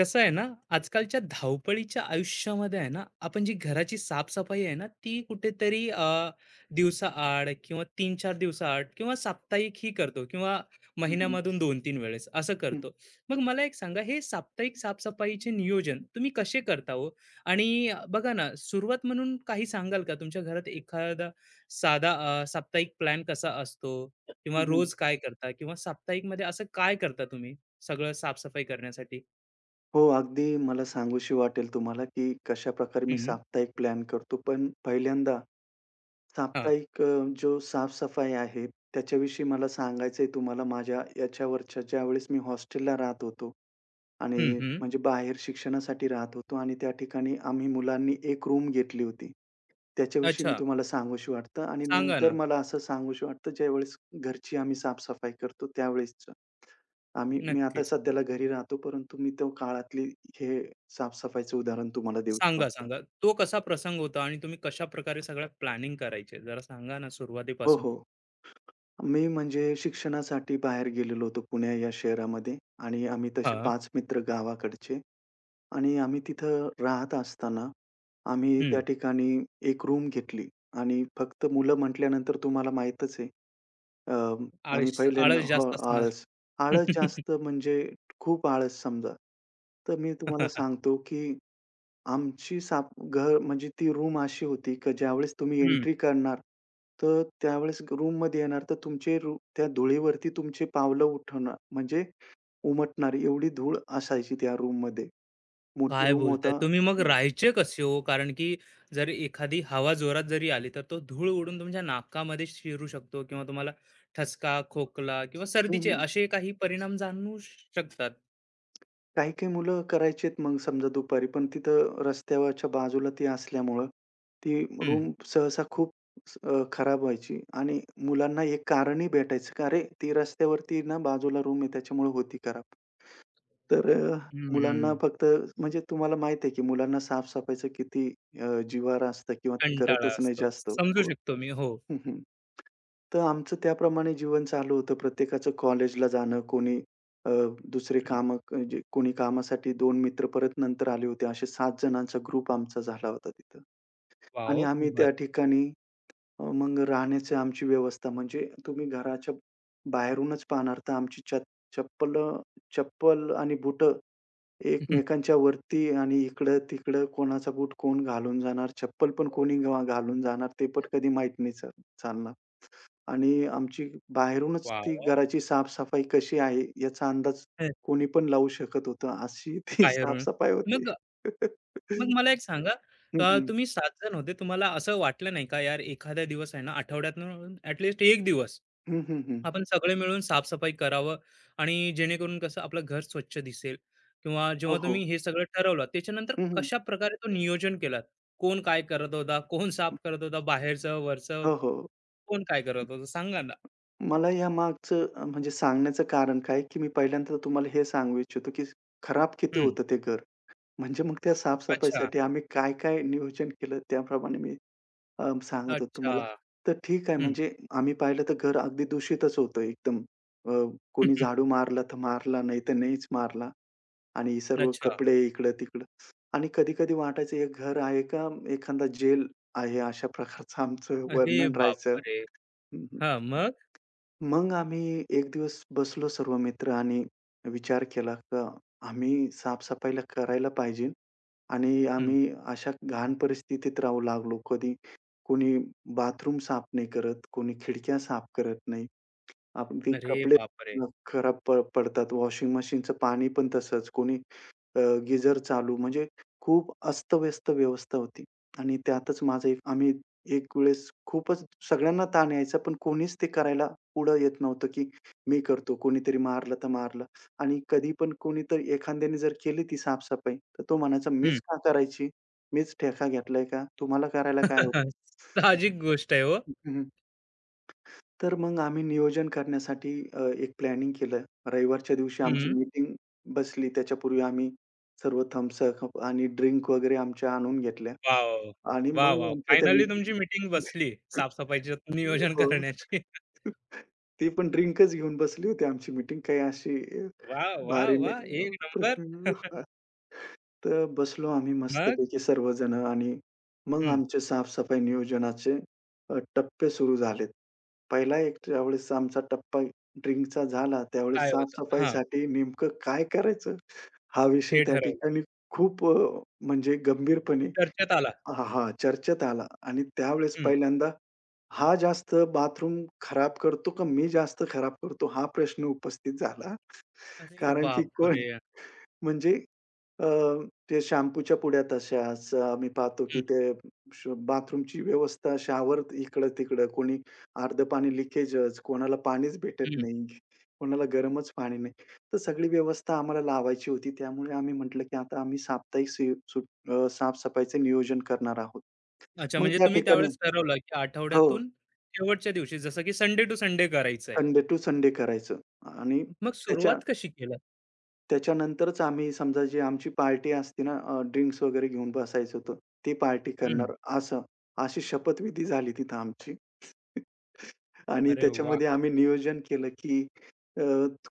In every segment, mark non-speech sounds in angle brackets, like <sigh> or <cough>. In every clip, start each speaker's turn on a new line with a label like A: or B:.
A: कसं आहे ना आजकालच्या धावपळीच्या आयुष्यामध्ये आहे ना आपण जी घराची साफसफाई आहे ना ती कुठेतरी दिवसाआड किंवा तीन चार दिवसाआड किंवा साप्ताहिक ही करतो किंवा
B: हं, हं.
A: महिन्यामधून दोन तीन वेळेस असं
B: हं,
A: करतो. मग मला एक सांगा, हे साप्ताहिक साफसफाईचे नियोजन तुम्ही कसे करता हो? आणि बघा ना, सुरुवात म्हणून काही सांगाल का, तुमच्या घरात एखादा साधा साप्ताहिक प्लॅन कसा असतो, किंवा
B: हं, हं.
A: रोज काय करता किंवा साप्ताहिक मध्ये असं काय करता तुम्ही सगळं साफसफाई करण्यासाठी?
B: हो, अगदी मला सांगूशी वाटेल तुम्हाला, की कशाप्रकारे मी साप्ताहिक प्लॅन करतो. पण पहिल्यांदा
A: हां.
B: साप्ताहिक जो साफ-सफाई आहे, त्याच्याविषयी मला सांगायचंय तुम्हाला माझ्या याच्यावरच्या ज्यावेळेस मी हॉस्टेलला राहत होतो आणि
A: हं, हं.
B: म्हणजे बाहेर शिक्षणासाठी राहत होतो आणि त्या ठिकाणी आम्ही मुलांनी एक रूम घेतली होती. त्याच्याविषयी मी
A: अच्छा.
B: तुम्हाला सांगूशी वाटतं आणि
A: सांगा
B: नंतर
A: ना.
B: मला असं सांगूशी वाटतं ज्यावेळेस घरची आम्ही साफ-सफाई करतो त्यावेळेसचं. मी आता
A: नक्कीच.
B: सध्याला घरी राहतो, परंतु मी त्या काळातली हे साफ उदाहरण तुम्हाला देऊशी
A: सांगा,
B: वाटतं.
A: सांगा. तो कसा प्रसंग होता आणि तुम्ही कशाप्रकारे सगळं प्लॅनिंग करायचे? जरा सांगा ना
B: हो,
A: सुरुवातीपासून?
B: हो. मी म्हणजे शिक्षणासाठी बाहेर गेलेलो होतो पुणे या शहरामध्ये आणि आम्ही तसे
A: हां.
B: पाच मित्र गावाकडचे आणि आम्ही तिथं राहत असताना, आम्ही त्या
A: हं.
B: ठिकाणी एक रूम घेतली आणि फक्त मुलं म्हटल्यानंतर तुम्हाला माहीतच आहे. अ, आम्ही
A: आळस
B: पहिल्यांदा
A: आळस
B: हो,
A: जास्त असणार.
B: आळस. आळस
A: <laughs>
B: जास्त म्हणजे खूप आळस समजा. तर मी तुम्हाला सांगतो की आमची घर म्हणजे ती रूम अशी होती की ज्यावेळेस तुम्ही
A: हं.
B: एंट्री करणार, तर त्यावेळेस रूममध्ये येणार, तर तुमचे त्या धुळीवरती तुमचे पावलं उठवणार म्हणजे उमटणार एवढी धूळ असायची त्या रूममध्ये. मोठी
A: काय
B: रूम
A: बोलताय?
B: होता.
A: तुम्ही मग
B: हं,
A: राहायचे कसे हो? कारण की जर एखादी हवा जोरात जरी आली, तर तो धूळ उडून तुमच्या नाकामध्ये शिरू शकतो किंवा तुम्हाला ठसका, खोकला किंवा सर्दीचे
B: हं.
A: असे काही परिणाम जाणवू शकतात.
B: काही-काही मुलं करायचेत मग समजा दुपारी, पण तिथं रस्त्यावरच्या बाजूला ती असल्यामुळं ती
A: हं.
B: रूम सहसा खूप खराब व्हायची आणि मुलांना एक कारणही भेटायचं, का "अरे, ती रस्त्यावरती ना बाजूला रूम आहे त्याच्यामुळे होती खराब." तर अ, मुलांना
A: हं,
B: फक्त म्हणजे तुम्हाला माहित आहे, की मुलांना साफ किती जिव्हार असतं किंवा ते
A: कंटाळा
B: करतच नाही
A: असतो.
B: जास्त.
A: समजू
B: हो.
A: शकतो मी. हो.
B: हं, हं. तर आमचं त्याप्रमाणे जीवन चालू होतं. प्रत्येकाचं कॉलेजला जाणं, कोणी अ, दुसरे
A: हं.
B: कामं म्हणजे कोणी कामासाठी 2 मित्र परत नंतर आले होते. असे 7 जणांचा ग्रुप आमचा झाला होता तिथं. आणि
A: वॉव!
B: आम्ही
A: खूप भारी.
B: त्या ठिकाणी मग राहण्याची आमची व्यवस्था म्हणजे तुम्ही घराच्या बाहेरूनच पाहणार तर आमची चप्पल चप्पल आणि बुटं एकमेकांच्या वरती आणि इकडं-तिकडं कोणाचा बूट कोण घालून जाणार, चप्पल पण कोणी घालून जाणार ते पण कधी माहीत नाही चालणार. आणि आमची बाहेरूनच
A: वॉव!
B: ती घराची साफ कशी आहे याचा अंदाज
A: हं,
B: कोणी पण लावू शकत होतं. अशी ती <laughs>
A: बाहेरून.
B: साफ-सफाई होती.
A: मग मग मला एक सांगा,
B: हं, हं.
A: तुम्ही 7 जण होते. तुम्हाला असं वाटलं नाही का, यार एखादा दिवस आहे ना, आठवड्यातून ॲटलीस्ट 1 दिवस
B: हं, हं.
A: आपण सगळे मिळून साफ करावं, आणि जेणेकरून कसं आपलं घर स्वच्छ दिसेल, किंवा
B: हो,
A: जेव्हा
B: हो.
A: तुम्ही हे सगळं ठरवलं, त्याच्यानंतर
B: हं, हं.
A: कशाप्रकारे तो नियोजन केलात? कोण काय करत होता? कोण साफ करत होता? बाहेरचं, वरचं,
B: हो, हो.
A: कोण काय करत होतं? सांगा ना?
B: मला या मागचं म्हणजे सांगण्याचं कारण काय, की मी पहिल्यांदा तुम्हाला हे सांगू इच्छितो, की खराब किती
A: हं.
B: होतं ते घर. म्हणजे मग त्या
A: अच्छा.
B: साफ-सफाईसाठी आम्ही काय-काय नियोजन केलं त्याप्रमाणे मी सांगत होतो
A: अच्छा.
B: तुम्हाला. तर ठीक आहे
A: हं.
B: म्हणजे आम्ही पाहिलं तर घर अगदी दूषितच होतं एकदम. अ, कोणी झाडू
A: <laughs>
B: मारला तर मारला, नाही तर नाहीच मारला आणि सर्व
A: अच्छा.
B: कपडे इकडं-तिकडं आणि कधी-कधी वाटायचं हे घर आहे का एखादा जेल आहे अशा प्रकारचं आमचं
A: अरे
B: वर्णन राहायचं.
A: बापरे!
B: हं,
A: हां, मग?
B: मग आम्ही एक दिवस बसलो सर्व मित्र आणि विचार केला का आम्ही साफसफाईला करायला पाहिजे आणि
A: हं.
B: आम्ही अशा घाण परिस्थितीत राहू लागलो. कधी कोणी बाथरूम साफ नाही करत, कोणी खिडक्या साफ करत नाही. अगदी
A: अरे
B: कपडे
A: बापरे!
B: खराब पडतात. वॉशिंग मशीनचं पाणी पण तसंच. कोणी गीझर चालू म्हणजे खूप अस्तव्यस्त व्यवस्था होती आणि त्यातच माझं एक आम्ही एक वेळेस खूपच सगळ्यांना ताण यायचा, पण कोणीच ते करायला पुढं येत नव्हतं, की मी करतो. कोणीतरी मारलं तर मारलं आणि कधी पण कोणीतरी एखाद्याने जर केली ती साफ-सफाई, तर तो म्हणायचा,
A: हं.
B: "मीच का करायची? मीच ठेका घेतलाय का? तुम्हाला करायला काय होतं?"
A: <laughs> साहजिक गोष्ट आहे हो.
B: तर मग आम्ही नियोजन करण्यासाठी एक प्लॅनिंग केलं. रविवारच्या दिवशी आमची
A: हं.
B: मीटिंग बसली. त्याच्यापूर्वी आम्ही सर्व थम्स अप आणि ड्रिंक वगैरे आमच्या आणून घेतल्या
A: वॉव!
B: आणि
A: वाह,
B: मग
A: वाह!
B: आमच्या त्या
A: फायनली तुमची
B: मीटिंग.
A: मीटिंग बसली
B: <laughs>
A: साफ-सफाईचं नियोजन
B: हो.
A: करण्याची. <laughs>
B: ती पण ड्रिंकच घेऊन बसली होती आमची मीटिंग. <laughs>
A: वाह, वाह,
B: भारी
A: वाह! एक
B: नाही.
A: नंबर. <laughs>
B: तर बसलो आम्ही
A: मग?
B: मस्तपैकी सर्वजण आणि मग
A: हं.
B: आमचे साफ नियोजनाचे टप्पे सुरू झालेत. पहिला एक ज्यावेळेस आमचा टप्पा ड्रिंकचा झाला, त्यावेळेस
A: काय होतं? हां,
B: साफ-सफाईसाठी नेमकं काय करायचं? हा विषय
A: हे
B: त्या
A: ठरवलं.
B: ठिकाणी खूप म्हणजे गंभीरपणे
A: चर्चेत आला.
B: हां, हां, चर्चेत आला आणि त्यावेळेस
A: हं.
B: पहिल्यांदा हा जास्त बाथरूम खराब करतो का मी जास्त खराब करतो? हा प्रश्न उपस्थित झाला.
A: अरे
B: कारण की कोण
A: बापरे!
B: म्हणजे अ, ते शॅम्पूच्या पुड्या तशाच. आम्ही पाहतो की
A: हं,
B: ते बाथरूमची व्यवस्था, शॉवर इकडं-तिकडं. कोणी अर्धं पाणी लिकेजच, कोणाला पाणीच भेटत
A: हं.
B: नाही, कोणाला गरमच पाणी नाही. तर सगळी व्यवस्था आम्हाला लावायची होती. त्यामुळे आम्ही म्हटलं की आता आम्ही साप्ताहिक साफ नियोजन करणार आहोत.
A: अच्छा,
B: मग
A: म्हणजे
B: त्या
A: तुम्ही
B: ठिकाणी
A: त्यावेळेस ठरवलं की
B: हो,
A: आठवड्यातून शेवटच्या दिवशी, जसं की संडे टू संडे करायचंय.
B: संडे टू संडे करायचं आणि
A: मग
B: त्याच्या
A: सुरुवात कशी केलात?
B: त्याच्यानंतरच आम्ही समजा जी आमची पार्टी असते ना, ड्रिंक्स वगैरे घेऊन बसायचं होतं. ती पार्टी
A: हं.
B: करणार असं, अशी शपथविधी झाली तिथं आमची. <laughs> आणि
A: अरे वाह!
B: त्याच्यामध्ये आम्ही नियोजन केलं, की अ,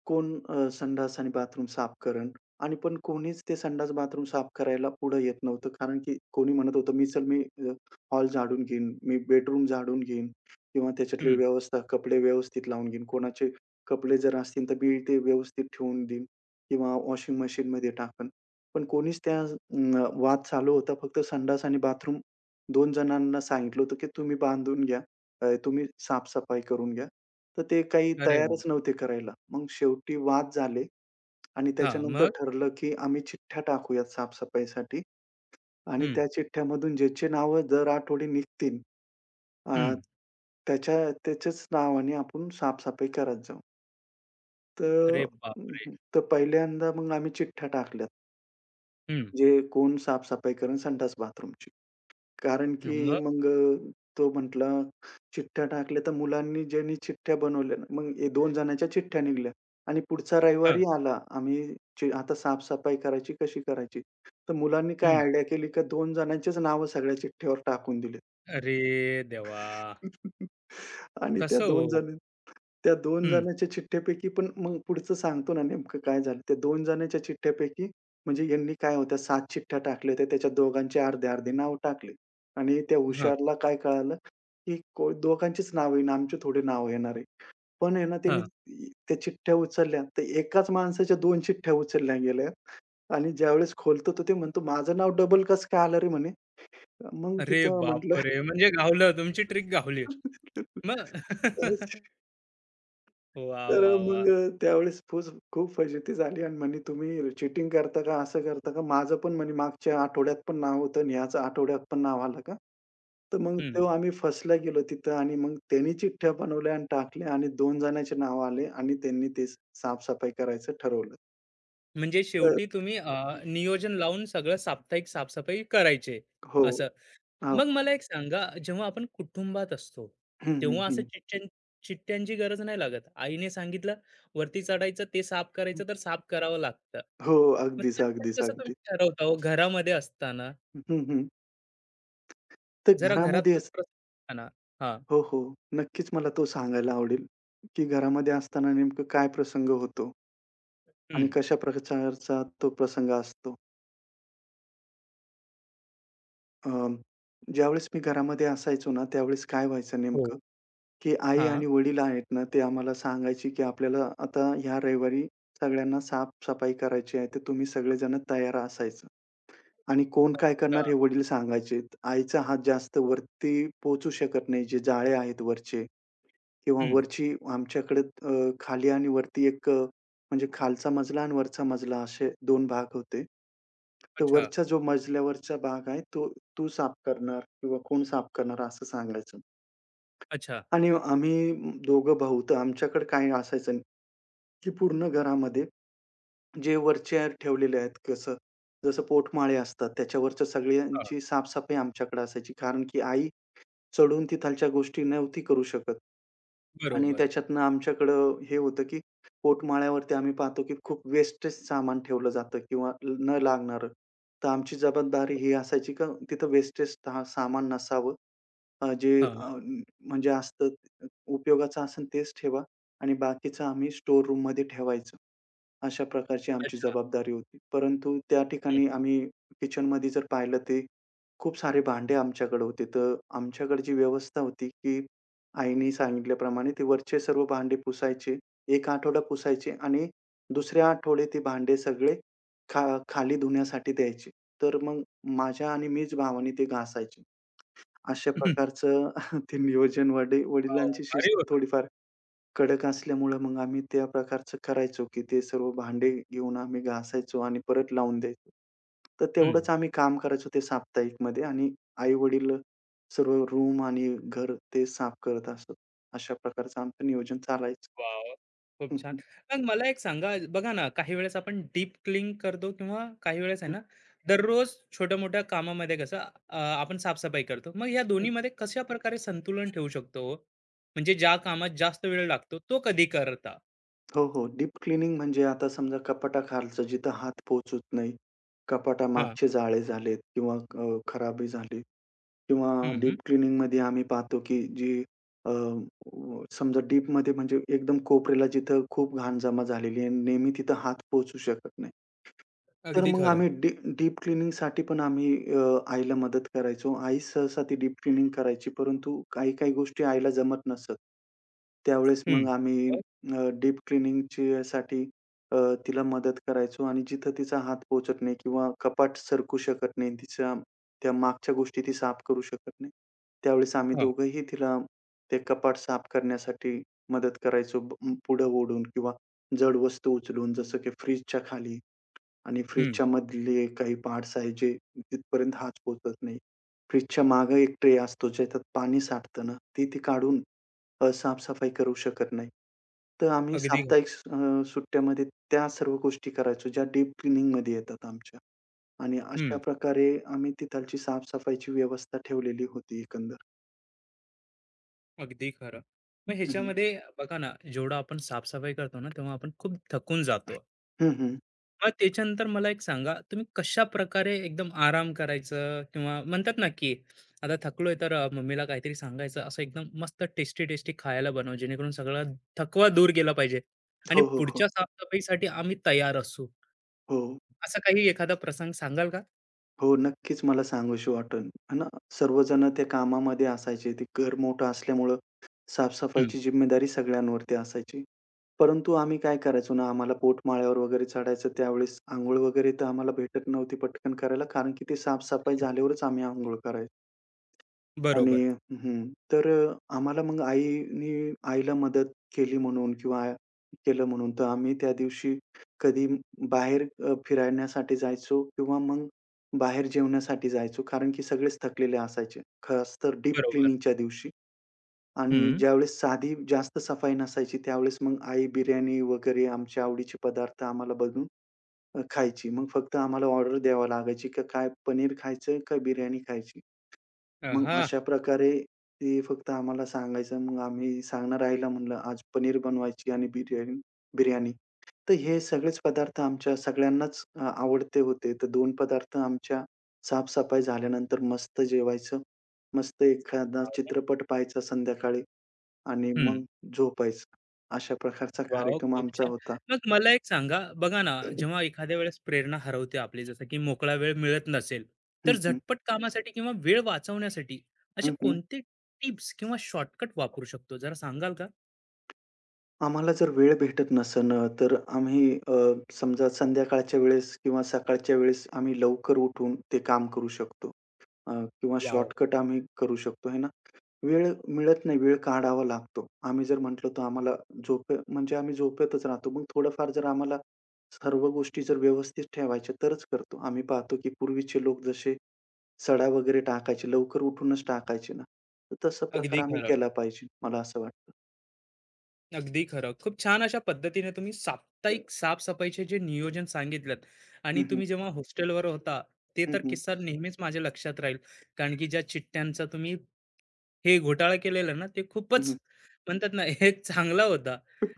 B: कोण संडास आणि बाथरूम साफ करेल आणि पण कोणीच ते संडास बाथरूम साफ करायला पुढे येत नव्हतं. कारण की कोणी म्हणत होतं, "मी चल मी हॉल झाडून घेईन, मी बेडरूम झाडून घेईन किंवा त्याच्यातली
A: हं.
B: व्यवस्था, कपडे व्यवस्थित लावून घेईन. कोणाचे कपडे जर असतील तर मी ते व्यवस्थित ठेवून देईन." किंवा वॉशिंग मशीनमध्ये टाकणं. पण कोणीच वाद चालू होता. फक्त संडास आणि बाथरूम दोन जणांना सांगितलं होतं, की तुम्ही बांधून घ्या. तुम्ही साफ करून घ्या. तर ते काही
A: अरे
B: तयारच नव्हते करायला. मग शेवटी वाद झाले आणि
A: हां,
B: त्याच्यानंतर
A: मग?
B: ठरलं, की आम्ही चिठ्ठ्या टाकूयात साफ आणि
A: हं,
B: त्या चिठ्ठ्यामधून ज्याची नावं दर आठवडी निघतील, अ,
A: हं.
B: त्याच्या त्याच्याच नावाने आपण साफ करत जाऊ. तर
A: अरे बाप!
B: तर पहिल्यांदा मग आम्ही चिठ्ठ्या टाकल्यात.
A: हं.
B: जे कोण साफ-सफाई करेल संडास बाथरूमची. कारण की
A: मग?
B: मग तो म्हटला, "चिठ्ठ्या टाकल्या तर मुलांनी ज्यांनी चिठ्ठ्या बनवल्या ना." मग हे 2 जणांच्या चिठ्ठ्या निघाल्या आणि पुढचा
A: हां.
B: रविवारी आला. आम्ही आता साफ करायची, कशी करायची? तर मुलांनी काय
A: हं.
B: आयडिया केली, का 2 जणांचीच नावं सगळ्या चिठ्ठ्यावर टाकून दिली.
A: अरे देवा!
B: आणि त्या
A: कसं हो?
B: 2 जण त्या 2
A: हं.
B: जणांच्या चिठ्ठ्यापैकी पण मग पुढचं सांगतो ना नेमकं काय झालं. त्या 2 जणांच्या चिठ्ठ्यापैकी म्हणजे यांनी काय होत्या 7 चिठ्ठ्या टाकल्या होत्या. त्याच्यात दोघांचे अर्धे-अर्धे नाव टाकले आणि त्या
A: हां,
B: हुशारला काय कळालं, की दोघांचीच नाव येईन, आमचे थोडे नाव येणार आहे. पण आहे ना त्यांनी
A: हां.
B: त्या चिठ्ठ्या उचलल्या, तर एकाच माणसाच्या 2 चिठ्ठ्या उचलल्या गेल्या आणि ज्यावेळेस खोलतो, तर ते म्हणतो, "माझं नाव डबल कसं काय आलं रे?" म्हणे. मग
A: अरे
B: तिथं म्हटलं
A: बापरे! म्हणजे गावलं, तुमची ट्रिक गावली. मग <laughs> वाह,
B: तर
A: वाह,
B: मग
A: वाह!
B: अ, त्यावेळेस खूप फजिती झाली आणि म्हणे, "तुम्ही चीटिंग करता का? असं करता का?" माझं पण म्हणे मागच्या आठवड्यात पण नाव होतं आणि ह्याच आठवड्यात पण नाव आलं का? तर मग
A: हं.
B: तो आम्ही फसला गेलो तिथं आणि मग त्यांनी चिठ्ठ्या बनवल्या आणि टाकल्या आणि 2 जणांचे नाव आले आणि त्यांनी ते साफ-सफाई करायचं ठरवलं.
A: म्हणजे
B: तर
A: शेवटी तुम्ही नियोजन लावून सगळं साप्ताहिक साफसफाई करायचे,
B: हो.
A: असं.
B: हो.
A: मग मला एक सांगा, जेव्हा आपण कुटुंबात असतो,
B: हं, हं,
A: तेव्हा असं
B: हं.
A: चिट्ट्यांची गरज नाही लागत. आईने सांगितलं, वरती चढायचं, ते साफ करायचं, तर साफ करावं लागतं.
B: हो.
A: मग
B: अगदीच,
A: त्यावेळेस
B: अगदीच,
A: कसं तुम्ही
B: अगदी.
A: ठरवता हो, घरामध्ये असताना?
B: हं, हं. तर
A: जरा घरातलं
B: घरामध्येच
A: प्रसंग सांगा ना. हां.
B: हो, हो. नक्कीच मला तो सांगायला आवडेल, की घरामध्ये असताना नेमकं काय प्रसंग होतो आणि
A: हं.
B: कशा प्रकारचा तो प्रसंग असतो. अ, ज्यावेळेस मी घरामध्ये असायचो ना, त्यावेळेस काय व्हायचं
A: हो.
B: नेमकं, की आई
A: हां.
B: आणि वडील आहेत ना, ते आम्हाला सांगायचे, की आपल्याला आता ह्या रविवारी सगळ्यांना साफ करायची आहे, तर तुम्ही सगळेजण तयार असायचं. आणि कोण काय
A: अच्छा.
B: करणार हे वडील सांगायचे. आईचा हात जास्त वरती पोहोचू शकत नाही, जे जाळे आहेत वरचे. किंवा
A: हं.
B: वरची आमच्याकडे खाली आणि वरती एक म्हणजे खालचा मजला आणि वरचा मजला असे 2 भाग होते. तर
A: अच्छा,
B: वरच्या जो मजल्यावरचा भाग आहे तो तू साफ करणार किंवा कोण साफ करणार असं सांगायचं.
A: अच्छा.
B: आणि आम्ही दोघं भाऊ तर आमच्याकडे काय असायचं नाही, की पूर्ण घरामध्ये जे वरच्या ठेवलेले आहेत कसं जसं पोटमाळे असतात त्याच्यावरच्या
A: हां.
B: सगळ्यांची साफ-सफाई आमच्याकडे असायची. कारण की आई चढून तिथालच्या गोष्टी नव्हती करू शकत. आणि
A: बरोबर.
B: त्याच्यातनं आमच्याकडं हे होतं, की पोटमाळ्यावरती आम्ही पाहतो, की खूप वेस्टेज सामान ठेवलं जातं किंवा न लागणारं. तर आमची जबाबदारी ही असायची, का तिथं वेस्टेज सामान नसावं. अ, जे
A: हां.
B: अ, म्हणजे असतं उपयोगाचं असेल तेच ठेवा आणि बाकीचं आम्ही स्टोअर रूममध्ये ठेवायचो. अशा प्रकारची आमची
A: अच्छा.
B: जबाबदारी होती. परंतु त्या
A: हं.
B: ठिकाणी आम्ही किचनमध्ये जर पाहिलं ते खूप सारे भांडे आमच्याकडे होते. तर आमच्याकडे जी व्यवस्था होती, की आईने सांगितल्याप्रमाणे ते वरचे सर्व भांडे पुसायचे. एक आठवडा पुसायचे आणि दुसऱ्या आठवडे ते भांडे सगळे खा खाली धुण्यासाठी द्यायचे. तर मग माझ्या आणि मीच भावाने ते घासायचे. अशा
A: वाह! <laughs>
B: प्रकारचं <laughs> ते नियोजन वडिलांची
A: भारी
B: शिस्त
A: होतं.
B: थोडीफार कडक असल्यामुळं मग आम्ही त्या प्रकारचं करायचो, की ते सर्व भांडे घेऊन आम्ही घासायचो आणि परत लावून द्यायचो. तर तेवढंच आम्ही काम करायचो ते साप्ताहिकमध्ये आणि आई-वडील सर्व रूम आणि घर ते साफ करत असत. अशा प्रकारचं आमचं नियोजन चालायचं.
A: वॉव! खूप
B: हं,
A: छान.
B: हं.
A: मग मला एक सांगा, बघा ना, काही वेळेस आपण डीप क्लिंग करतो किंवा काही वेळेस आहे
B: हं,
A: ना, दररोज छोट्या-मोठ्या कामामध्ये कसं आपण साफ-सफाई करतो. मग या
B: हं.
A: दोन्हीमध्ये कशा प्रकारे संतुलन ठेवू शकतो हो? म्हणजे ज्या कामात जास्त वेळ लागतो, तो कधी करता?
B: हो, हो. डीप क्लीनिंग म्हणजे आता समजा कपाटाखालचं जिथं हात पोहोचत नाही,
A: हां.
B: कपाटामागचे जाळे झालेत किंवा खराबी झाली. किंवा
A: हं.
B: डीप क्लीनिंगमध्ये आम्ही पाहतो, की जी समजा डीपमध्ये म्हणजे एकदम कोपऱ्याला जिथं खूप घाण जमा झालेली आहे आणि नेहमी तिथं हात पोहोचू शकत नाही. तर
A: अगदी
B: मग
A: खरं.
B: आम्ही डीप क्लीनिंगसाठी पण आम्ही अ, आईला मदत करायचो. आई सहसा ती डीप क्लिनिंग करायची, परंतु काही-काही गोष्टी आईला जमत नसत. त्यावेळेस
A: हं.
B: मग आम्ही
A: मग?
B: डीप क्लीनिंगच्यासाठी अ, तिला मदत करायचो आणि जिथं तिचा हात पोहोचत नाही किंवा कपाट सरकू शकत नाही, तिच्या त्या मागच्या गोष्टी ती साफ करू शकत नाही. त्यावेळेस आम्ही
A: हां.
B: दोघंही तिला ते कपाट साफ करण्यासाठी मदत करायचो. पुढं ओढून किंवा जड वस्तू उचलून जसं की फ्रिजच्या खाली आणि फ्रिजच्या मधले काही पार्ट्स आहेत जे तिथपर्यंत हात पोहोचत नाही. फ्रिजच्या मागे एक ट्रे असतो ज्याच्यात पाणी साठतं ना, ती ती काढून साफ-सफाई करू शकत नाही. तर आम्ही
A: अगदी
B: साप्ताहिक
A: खरं.
B: सुट्ट्यामध्ये त्या सर्व गोष्टी करायचो ज्या डीप क्लीनिंगमध्ये येतात आमच्या आणि
A: हं.
B: अशा प्रकारे आम्ही तिथालची साफ-सफाईची व्यवस्था ठेवलेली होती एकंदर.
A: अगदी खरं. मग
B: हं, हं.
A: ह्याच्यामध्ये बघा ना, जेवढं आपण साफ करतो ना, तेव्हा आपण खूप थकून जातो.
B: हं, हं.
A: मग त्याच्यानंतर मला एक सांगा, तुम्ही कशा प्रकारे एकदम आराम करायचं, किंवा म्हणतात ना, की आता थकलोय तर मम्मीला काहीतरी सांगायचं, असं एकदम मस्त टेस्टी-टेस्टी खायला बनव, जेणेकरून सगळा थकवा दूर गेला पाहिजे आणि
B: हो, हो, हो.
A: पुढच्या साफसफाईसाठी आम्ही तयार असू.
B: हो.
A: असा काही एखादा प्रसंग सांगाल का?
B: हो, नक्कीच मला सांगूशी वाटन, आहे ना, सर्वजण त्या कामामध्ये असायचे. ते घर मोठं असल्यामुळं
A: हं,
B: साफ-सफाईची जिम्मेदारी सगळ्यांवरती असायची. परंतु आम्ही काय करायचो ना, आम्हाला पोटमाळ्यावर वगैरे चढायचं त्यावेळेस अंघोळ वगैरे तर आम्हाला भेटत नव्हती पटकन करायला कारण की ते साफ झाल्यावरच आम्ही अंघोळ करायचो. आणि
A: बरोबर,
B: हं. तर आम्हाला मग आईला मदत केली म्हणून किंवा केलं म्हणून तर आम्ही त्या दिवशी कधी बाहेर फिरण्यासाठी जायचो किंवा मग बाहेर जेवण्यासाठी जायचो. कारण की सगळेच थकलेले असायचे. खास तर डीप
A: बरोबर.
B: क्लीनिंगच्या दिवशी आणि
A: हं.
B: ज्यावेळेस साधी जास्त सफाई नसायची त्यावेळेस मग आई बिर्याणी वगैरे आमच्या आवडीचे पदार्थ आम्हाला बनवून खायची. मग फक्त आम्हाला ऑर्डर द्यावी लागायची, का काय पनीर खायचं, का बिर्याणी खायची. मग
A: आहा!
B: अशा प्रकारे ते फक्त आम्हाला सांगायचं. मग आम्ही सांगणं राहिलं म्हणलं, "आज पनीर बनवायची आणि बिर्याणी बिर्याणी." तर हे सगळेच पदार्थ आमच्या सगळ्यांनाच आवडते होते. तर 2 पदार्थ आमच्या साफ-सफाई झाल्यानंतर मस्त जेवायचं. मस्त एखादा चित्रपट पाहायचा संध्याकाळी आणि मग झोपायचं. अशा प्रकारचा
A: वॉव!
B: कार्यक्रम
A: खूप
B: आमचा
A: छान.
B: होता.
A: मग मला एक सांगा, बघा ना, जेव्हा एखाद्या वेळेस प्रेरणा हरवते आपली, जसं की मोकळा वेळ मिळत नसेल, तर
B: हं, हं.
A: झटपट कामासाठी किंवा वेळ वाचवण्यासाठी असे
B: हं, हं.
A: कोणते टिप्स किंवा शॉर्टकट वापरू शकतो, जरा सांगाल का?
B: आम्हाला जर वेळ भेटत नसेन तर आम्ही अ, समजा संध्याकाळच्या वेळेस किंवा सकाळच्या वेळेस आम्ही लवकर उठून ते काम करू शकतो. अ, किंवा
A: वॉव!
B: शॉर्टकट आम्ही करू शकतो, आहे ना. वेळ मिळत नाही, वेळ काढावा लागतो. आम्ही जर म्हटलं तर आम्हाला झोप म्हणजे आम्ही झोपेतच राहतो. मग थोडंफार जर आम्हाला सर्व गोष्टी जर व्यवस्थित ठेवायच्या तरच करतो. आम्ही पाहतो की पूर्वीचे लोक जसे सडा वगैरे टाकायचे, लवकर उठूनच टाकायचे ना, तर तसा प्रकार
A: अगदी
B: आम्ही
A: खरं.
B: केला पाहिजे, मला असं वाटतं.
A: अगदी खरं. खूप छान अशा पद्धतीने तुम्ही साप्ताहिक साफसफाईचे जे नियोजन सांगितलंत आणि
B: हं, हं.
A: तुम्ही जेव्हा हॉस्टेलवर होता, ते
B: हं,
A: तर
B: हं.
A: किस्सा नेहमीच माझ्या लक्षात राहील. कारण की ज्या चिठ्ठ्यांचा तुम्ही हे घोटाळा केलेला ना, ते खूपच म्हणतात ना, <laughs> एक चांगला होता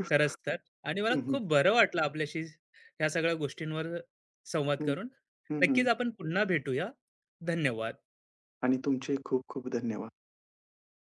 A: खरंच तर. आणि मला
B: हं, हं.
A: खूप बरं वाटलं आपल्याशी ह्या सगळ्या गोष्टींवर संवाद
B: हं,
A: करून.
B: हं, हं.
A: नक्कीच आपण पुन्हा भेटूया. धन्यवाद.
B: आणि तुमचे खूप-खूप धन्यवाद.